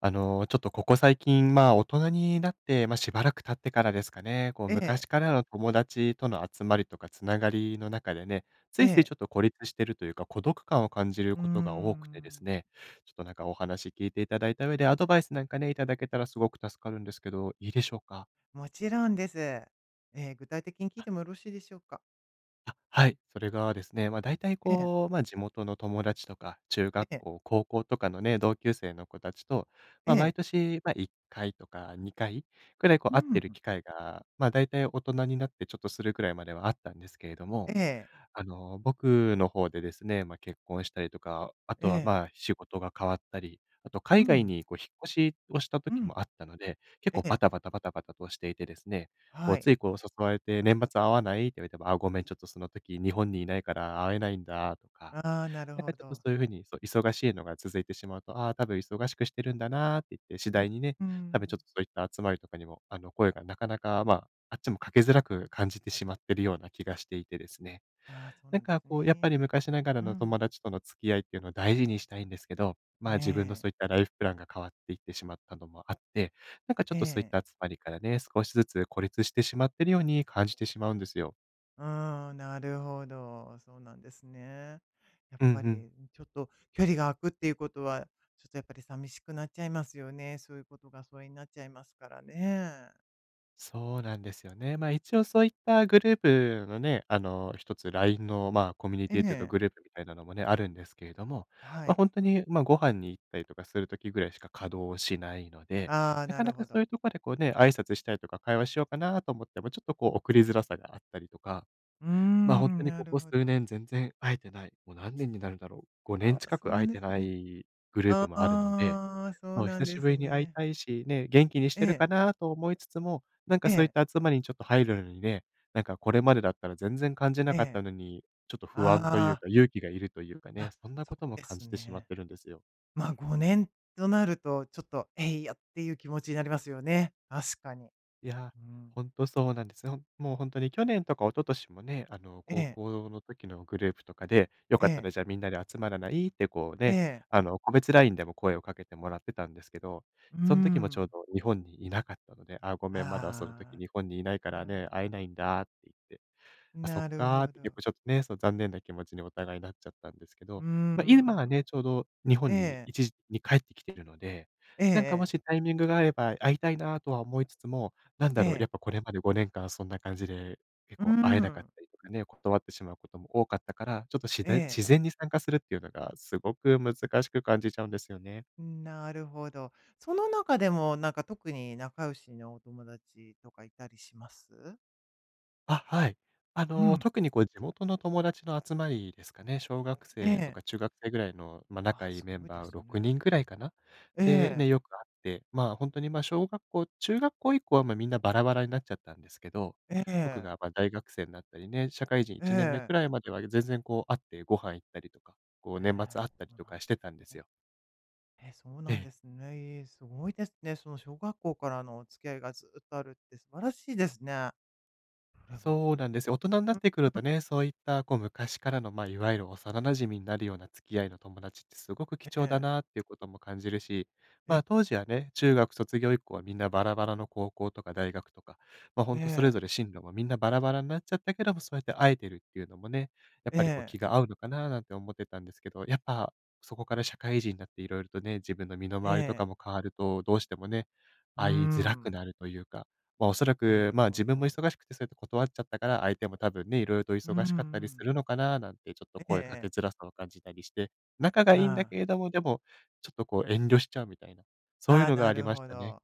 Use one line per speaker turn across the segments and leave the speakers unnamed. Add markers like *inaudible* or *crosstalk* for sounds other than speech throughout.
ちょっとここ最近、大人になって、しばらく経ってからですかね、こう、
ええ、
昔からの友達との集まりとかつながりの中でね、つ
え
いつい
え。
ちょっと孤立してるというか、孤独感を感じる
うー
ことが多くてです
ん、
ね、ちょっとなんかお話聞いていただいた上で、アドバイスなんかね、いただけたらすごく助かるんですけど、いいでしょうか？
もちろんです。ええ、具体的に聞いてもよろしいでしょうか？
あ、はい。それがですね、大体
ええ、
こう、地元の友達とか、中
え
学
え、
校、高校とかのね、同級生の子たちと、
え
毎
え、
年、1回とか2回くらいこう
う
会ってる
ん、
機会が、大体大人になってちょっとするくらいまではあったんですけれども、
ええ、
僕の方でですね、結婚したりとか、あ
え
とは、
え、
仕事が変わったり、あと
う
海外
ん、
にこう引っ越しをした
う
時
ん、
もあったので、結
え
構バ
え、
タバタバタバタとしていてですね、こ
は
う、つ
い。
いこう誘われて「年末会わない？」って言われても「あ、ごめん、ちょっとその時日本にいないから会えないんだ」とか、
ああ、なる
なん
ほ
かちょっとそ
ど。
ういう風に、そう、忙しいのが続いてしまうと、ああ、多分忙しくしてるんだなって言って、次
うん、
第にね、
う
多分ちょっ
ん。
とそういった集まりとかにも、声がなかなか、あっちもかけづらく感じてしまってるような気がしていてですね。
ああ、そう
な
な
ん
んで
か
す
こう、やっぱ
ね。
り昔ながら
う
の友
ん。
達との付き合いっていうのを大事にしたいんですけど、
え
自分の
え、
そういったライフプランが変わっていってしまったのもあって、なんかちょっ
え
とそういった
え。
集まりからね、少しずつ孤立してしまってるように感じてしまうんですよ。
うーん、なるほど。そうなんですね。やっ
うんう
ぱ
ん。
りちょっと距離が空くっていうことは、ちょっとやっぱり寂しくなっちゃいますよね。そういうことが疎遠になっちゃいますからね。
そうなんですよね。一応そういったグループのね、一つ LINE の、コミュニ
え
ティというか
え、
グループみたいなのもね、あるんですけれども、
はい。
本当に、ご飯に行ったりとかする時ぐらいしか稼働をしないので、
ああ、
な
な
か
る
なか
ほ
そう
ど。
いうところでこうね、挨拶したりとか会話しようかなと思っても、ちょっとこう送りづらさがあったりとか、
うー
本
ん、
当に
な
こ
る
こ
ほ
数
ど。
年全然会えてない、もう何年になるんだろう、5
あ
年
あ、
近
そ
く
うな
会
ん
え
です
てな
ね。
いグルー
あ
プもあるので
あ、そう
そう、
なん
久
で
しぶ
す
りに会い
ね。
たいし、ね、元気にし
え
てるか
え、
なと思いつつも、なん
え
かそういっ
え、
た集まりにちょっと入るのにね、なんかこれまでだったら全然感じな
え
かっ
え。
たのに、ちょっと不安とい
あ
う
あ、
か、勇気がいるというかね、
あ、
そんな
そう
ことも
で
感
す
じてしまっ
ね。
てるんですよ。
まあ、5年となると、ちょっと、えいやっていう気持ちになりますよね。確かに。
いや、
うん。
ほんとそうなんですよ。もうほんとに去年とか一昨年もね、
え
高
え、
校の時のグループとかで、よ
え
かった
え、
らじゃあみんなで集まらない？ってこう
え
ね、
え、
個別 LINE でも声をかけてもらってたんですけど、
うー
そん時もちょう
ん。
ど日本にいなかったので、「ああ、ごめん、まだその時
あ
日本にいないか
あ、
ら
な
ね、会えないんだ」って言ってあ、そっ
なる
かー
ほ
って結
ど。
構ちょっとね、そう残念な気持ちにお互いなっちゃったんですけ
うー
ど、今は
ん。
ね、ちょうど日本に
ええ、
一時的に帰ってきてるので、
えええ
なんかも
え、
しタイミングがあれば会いたいなとは思いつつも、なん
え
だろう、や
え、
っぱこれまで5年間そんな感じで結
うー
構会えなかっ
ん、
たりとかね、断ってしまうことも多かったから、ちょっと自
え
然
え、
自然に参加するっていうのがすごく難しく感じちゃうんですよね。
なるほど。その中でも、なんか特に仲良しのお友達とかいたりします？
あ、はい。
うん、
特にこう地元の友達の集まりですかね、小学
え
生と
え。
か中学生ぐらいの、
あ
仲
あ、
いい
す
メ
ご
ン
いで
バー
す
6
ね。
人ぐらいかな。
え
で、ね、
え、
よく会って、本当に、小学校中学校以降は、みんなバラバラになっちゃったんですけど、
え
僕
え、
が、大学生になったりね、社会人
え
1年目
え、
くらいまでは全然こう会ってご飯行ったりとか、こ
え
う年末会
え、
った
そ
り
う
と
なんで
かしてたんで
す
す
ね。
よ。
え、そう
え
なんで
え。
すね。え、すごいですね。その小学校からのお付き合いがずっとあるって素晴らしいですね、それは。
そうなんですよ。大人になっ
うん、
てくるとね、そういったこう昔からの、いわゆる幼馴染になるような付き合いの友達ってすごく貴
え
重だ
え、
なっていうことも感じるし、
え、
当時はね、中学卒業以降はみんなバラバラの高校とか大学とか、
え
本当それ
え、
ぞれ進路もみんなバラバラになっちゃったけども、そうやって会えてるっていうのもね、やっ
え
ぱりこう
え、
気が合うのかななんて思ってたんですけど、やっぱそこから社会人になっていろいろとね、自分の身の
え
回りとか
え、
も変わると、どうしてもね、
うー
会いづらく
ん、
なるというか、おそら
な
く、
るほ
自分も
ど。
忙しくてそうやって断っちゃったから、相手も多分ね、色々と
うんう
忙しかったりす
ん。
るのかななんて
ええええええええ、うーん、なるほど、うんうん、え
ちょっと声かけ
えええ、
づらさを感じたりして、仲がいいんだ
あ
けれ
あ。
ども、でも、ちょっとこう遠慮しちゃうみたいな、そう
あ
いう
あ、
のが
な
あり
る
まし
ほど。
たね。
あ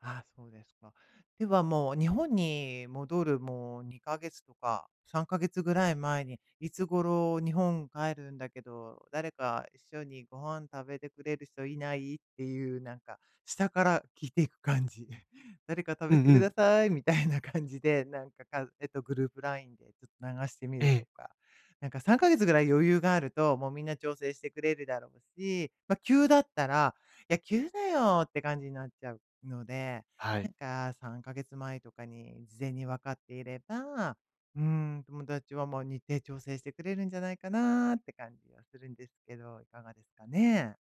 あ、そうですか。ではもう日本に戻るもう2ヶ月とか3ヶ月ぐらい前に、いつ頃日本帰るんだけど、誰か一緒にご飯食べてくれる人いない？っていうなんか、下から聞いていく感じ。*laughs* 誰か食
う
べ
ん
て
う
く
ん。
ださいみたいな感じで、なんか、グループラインでちょっと流してみ
え
ると
え、
か。なんか3ヶ月ぐらい余裕があると、もうみんな調整してくれるだろうし、ま、急だったら「野球だよ」って感じになっちゃうので、
は
な
い。
んか3ヶ月前とかに事前に分かっていれば、うん、友達は、日程調整してくれるんじゃないかなって感じはするんですけど、いかがですかね？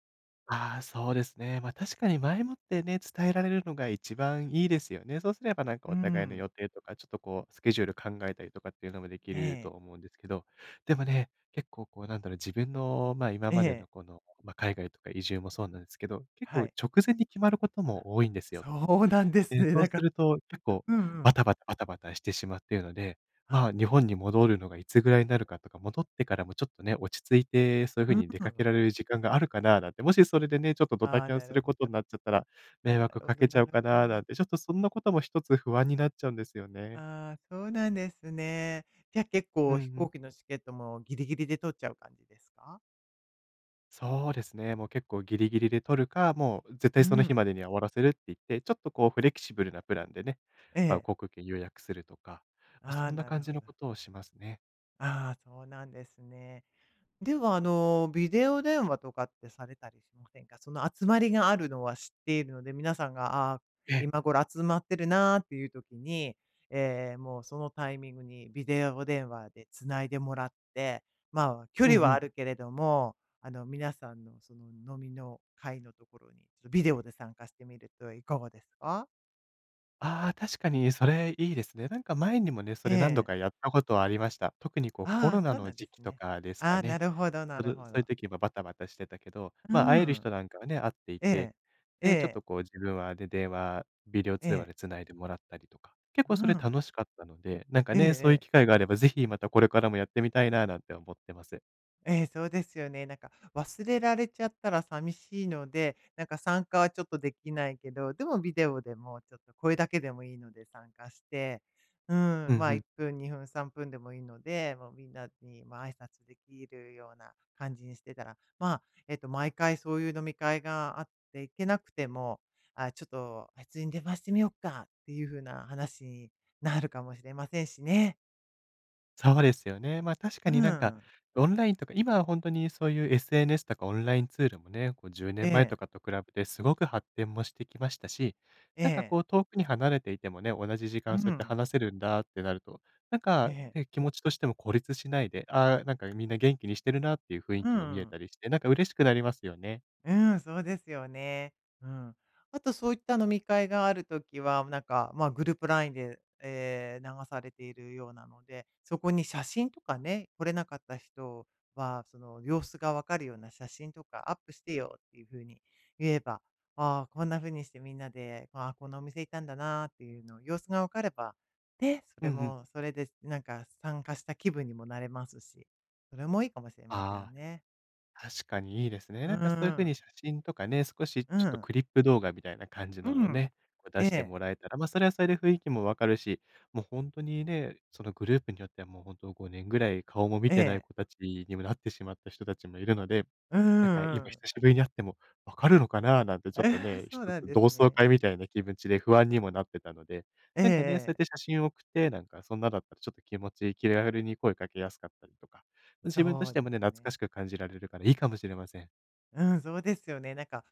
ああ、そうですね。確かに前もってね、伝えられるのが一番いいですよね。そうすればなんか
う
お互いの
ん。
予定とか、ちょっとこうスケジュール考えたりとかっていうのもでき
え
ると
え、
思うんですけど、でもね、結構こうなんだろう、自分の、今
え
まで
え、
のこの、海外とか移住もそうなんですけど、結
は
構
い。
直前に決まることも多いんですよ。
そうなんです
で
ね。
そう
だ
す
か
ると、結
ら、
構
うんう
バ
ん。
タバタバタバタしてしまっているので、
あ、
日本に戻るのがいつぐらいになるかとか、戻ってからもちょっとね、落ち着いてそういう
う
風
ん。
に出かけられる時間があるかななんて、もしそれでね、ちょっとドタ
ああ、
キャン
な
す
る
る
ほ
こと
ど。
になっちゃったら、
あ、
迷
な
惑
るほ
か
ど
けちゃ
な
う
る
か
ほ
なな
ど。
んて、ちょっとそんなことも一つ不安になっちゃうんですよね。
ああ、そうなんですね。じゃ、結
うん
構
う
飛行
ん。
機のチケットもギリギリで取っちゃう感じですか？
そうですね、もう結構ギリギリで取るか、もう絶
う
対その日
ん。
までには終わらせるって言って、ちょっとこうフレキシブルなプランでね、
ええ。
航空券予約するとか、
あ
そ
あ、
んな
なる
感じ
ほど。
のことをしますね。
ああ、そうなんですね。では、ビデオ電話とかってされたりしませんか？その集まりがあるのは知っているので、皆さんが、ああ、
ええ。
今頃集まってるなーっていう時に、もうそのタイミングにビデオ電話で繋いでもらって、まあ、距
う
離
んう
はあ
ん。
るけれども、皆さんのその飲みの会のところに、ちょっとビデオで参加してみるといかがですか？
ああ、確かにそれいいですね。なんか前にもね、
え
それ何度か
え。
やったことはありました。特にこうコ
あ
ロ
あ、そ
ナ
うな
の
んで
時
す
期と
ね。
かです
あ
か
あ、な
ね。
るほどな
そ
る
のそ
ほ
ういう
ど。
時もバタバタしてたけど、
う
会える
ん。
人なんかはね、会ってい
え
て、
え。え
で、ちょっ
え。
とこう自分はで、電話、ビデオ
え
通話
え。
で繋いでもらったりとか、結構そ
う
れ
ん。
楽しかったので、なんか
え
ね、そういう
ええ
機会があれば、ぜひまたこれからもやってみたいななんて思ってます。
ええ、そうですよね。なんか忘れられちゃったら寂しいので、なんか参加はちょっとできないけど、でもビデオでもちょっと声だけでもいいので参加して、うん、
うんう
まあ1
ん。
分、2分、3分でもいいので、もうみんなにまあ挨拶できるような感じにしてたら、まあ、毎回そういう飲み会があって行けなくても、あ、ちょっとあいつに電話してみようかっていう風な話になるかもしれませんしね。
そうですよね。ま、確か
う
になんか、
ん。
オンラインとか、今は本当にそういう SNS とかオンラインツールもね、こう10
え
年前
え、
とかと比べてすごく発展もしてきましたし、
え
なんか
え、
こう遠くに離れていてもね、同じ時
う
間そうやって
ん、
話せるんだってなると、なん
え
か
え。
ね、気持ちとしても孤立しないで、ああ、なんかみんな元気にしてるなっていう雰囲
う
気も見え
ん。
たりして、なんか嬉しくなりますよね。
うん、そうですよね。うん。あとそういった飲み会があるときは、なんか、まあ、グループラインで、流されているようなので、そこに写真とかね、来れなかった人は、その様子がわかるような写真とかアップしてよっていうふうに言えば、ああ、こんなふうにしてみんなで、ああ、このお店行ったんだなっていうの様子がわかれば、で、
うんうん。
それでなんか参加した気分にもなれますし、それもいいかもしれません
ああ。
ね。
確かにいいですね。
う
なんかそういう風
ん。
に写真とかね、少しち
う
ょっと
ん。
クリップ動画みたいな感じ
う
のを
ん。
ね、こう出
え
して
え、
もらえたら、ま、あそれはそれで雰囲気もわかるし、もう本当にね、そのグループによってはもう本当5年ぐらい顔も見
え
てない
え。
子たちにもなってしまった人たちもいるので、
うん
な
う
んか今
んうん。
久しぶりに会ってもわかるのかななんてち
え
ょっと
え、
ね、
そ
一
う
つ
なんで
同
す
窓
ね。
会みたいな気持ちで不安にもなってたので、
ええ
なんかね、そうやっ
え
て
え。
写真を送って、なんかそんなだったらちょっと気持ち気軽に声かけやすかったりとか自分と
そ
し
う
て
で
もね、
す
懐か
ね。
しく感じられるからいいかもしれません。
うん、そうですよね。なんか、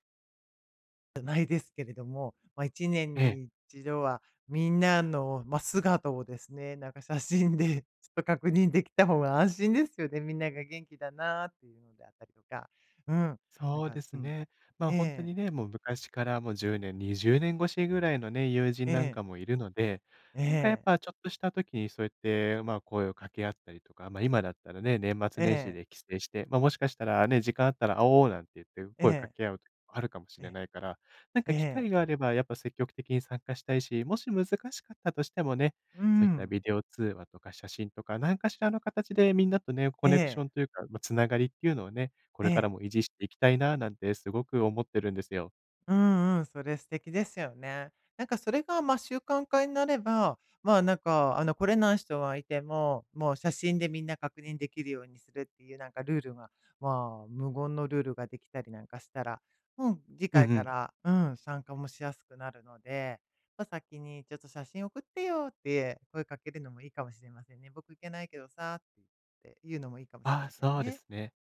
じゃないですけれども、まあ、1年
ええ。
に一度はみんなの、まあ、姿をですね、なんか写真で *laughs* ちょっと確認できた方が安心ですよね。みんなが元気だなっていうのであったりとか。うん、なん
そう
か、
で
う
す
ん。
ね。まあ、
え
本当
え、
にね、もう昔からもう10年、20年越しぐらいのね、友
え
人なん
え、
かもいるので、
え
なんかやっ
え、
ぱちょっとした時にそうやって、まあ、声を掛け合ったりとか、ま、今だったらね、年末
え
年始
え、
で帰省して、ま、もしかしたらね、時間あったら会おうなんて言って
え
声掛
え、
け合う時もあるかもしれ
え
ないから、なん
え、
か機
え
会があればやっぱ積極的に参加したいし、もし難しかったとしてもね、
う
そういった
ん。
ビデオ通話とか写真とか、何かしらの形でみんなとね、コ
え
ネクショ
え。
ンというか、まあ、つながりっていうのをね、こ
え
れから
え。
も維持していきたいななんてすごく思ってるんですよ。
うんうん、それ素敵ですよね。なんかそれが、ま、習慣化になれば、まあ、なんか、来れない人がいても、もう写真でみんな確認できるようにするっていう、なんかルールが、まあ、無言のルールができたりなんかしたら、うん、次
うん
回
う
か
ん。
ら、うん、参加もしやすくなるので、まあ、先に「ちょっと写真送ってよ」って声かけるのもいいかもしれませんね。「僕行けないけどさ」って言うのもいいかもしれ
ああ、
ません
そうで
ね。
すね。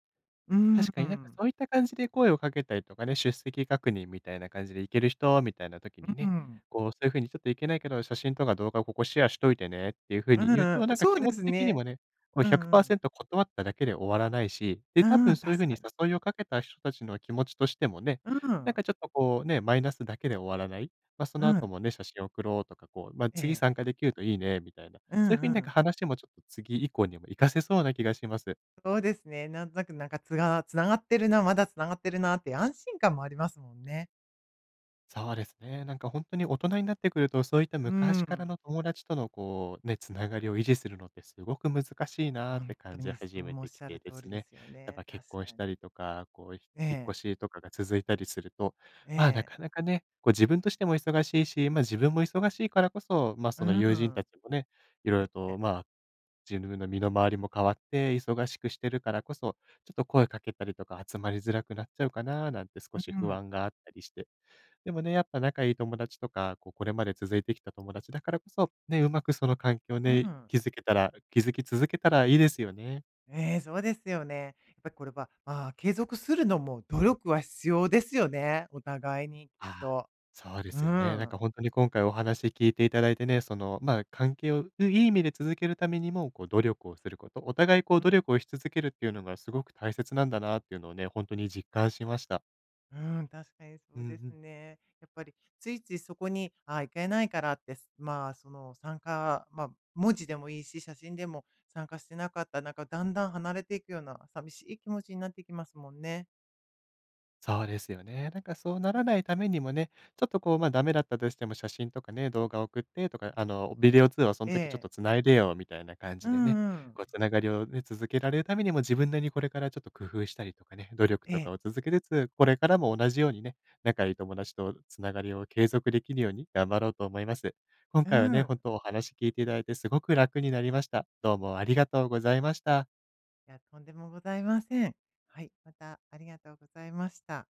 うん。
確
う
かになんか
ん。
そういった感じで声をかけたりとかね、出席確認みたいな感じで行ける人みたいな時にね、こうそういう風にちょっと行けないけど、写真とか動画をここシェアしといてねっていう風
う
に
ん
言うと、
う
な
ん。
んか
そう
気持
で
ち
す
的にも
ね。
ね、こう
うんうん。
100%断っただけで終わらないし、で、多
う
分
ん、
そういう
確
風に
かに。
誘いをかけた人たちの気持ちとしてもね、
う
なん
ん。
かちょっとこうね、マイナスだけで終わらない。まあ、そ
う
の後
ん。
もね、写真送ろうとか、こう、まあ、
え
次
え。
参加できるといいねみたいな、
うん
そういう風
う
になんか
ん。
話もちょっと次以降にも活かせそうな気がします。
そうですね。なんとなくなんかつながってるな、まだつながってるなって安心感もありますもんね。
そうですね。なんか本当に大人になってくると、そういった
う
昔から
ん。
の友達とのこう、ね、つながりを維持するのってすごく難しいなーっ
本
て感
当
じ
にそ
始め
う、おっ
て
し
き
ゃ
て
る
で
通り
す
で
ね。
すよ
やっ
ね。
ぱ
確
結婚し
か
た
に。
りとか、こう、ひ
え
引っ
え。
越しとかが続いたりすると、
え
まあ、なか
え。
なかね、こう自分としても忙しいし、ま、自分も忙しいからこそ、ま、あ
う
その友人た
ん。
ちもね、いろいろ
え
と、
え。
まあ、自分の身の回りも変わって忙しくしてるからこそ、ちょっと声かけたりとか集まりづらくなっちゃうかなーなんて少
う
し不
ん。
安があったりして。でもね、やっぱ仲いい友達とか、こう、これまで続いてきた友達だからこそ、ね、うまくその環境
う
ね、
ん。
築けたら築き続けたらいいですよね。
ええ、そうですよね。やっぱりこれは、まあ、継続するのも努力は必要ですよね、お互いにきっ
ああ、
と。
そうで
う
すよね。なん
ん。
か本当に今回お話聞いていただいてね、その、まあ、関係をいい意味で続けるためにも、こう、努力をすること、お互いこう努力をし続けるっていうのがすごく大切なんだなっていうのをね、本当に実感しました。
うん、確かにそ
うん
う
う
です
ん。
ね。やっぱりついついそこに、あ、行けないからって、まあ、その参加、まあ、文字でもいいし、写真でも参加してなかった、なんかだんだん離れていくような寂しい気持ちになってきますもんね。
そうですよね。なんかそうならないためにもね、ちょっとこう、ま、ダメだったとしても写真とかね、動画送ってとか、あの、ビデオ通話その
え
時ちょっ
え。
と繋いでよみたいな感
う
じでね、
んうん。
こうつながりをね、続けられるためにも自分なりにこれからちょっと工夫したりとかね、努力
え
とか
え。
を続けつつ、これからも同じようにね、仲いい友達とつながりを継続できるように頑張ろうと思います。今
う
回はね、本
ん。
当お話聞いていただいてすごく楽になりました。どうもありがとうございました。
いや、とんでもございません。はい、またありがとうございました。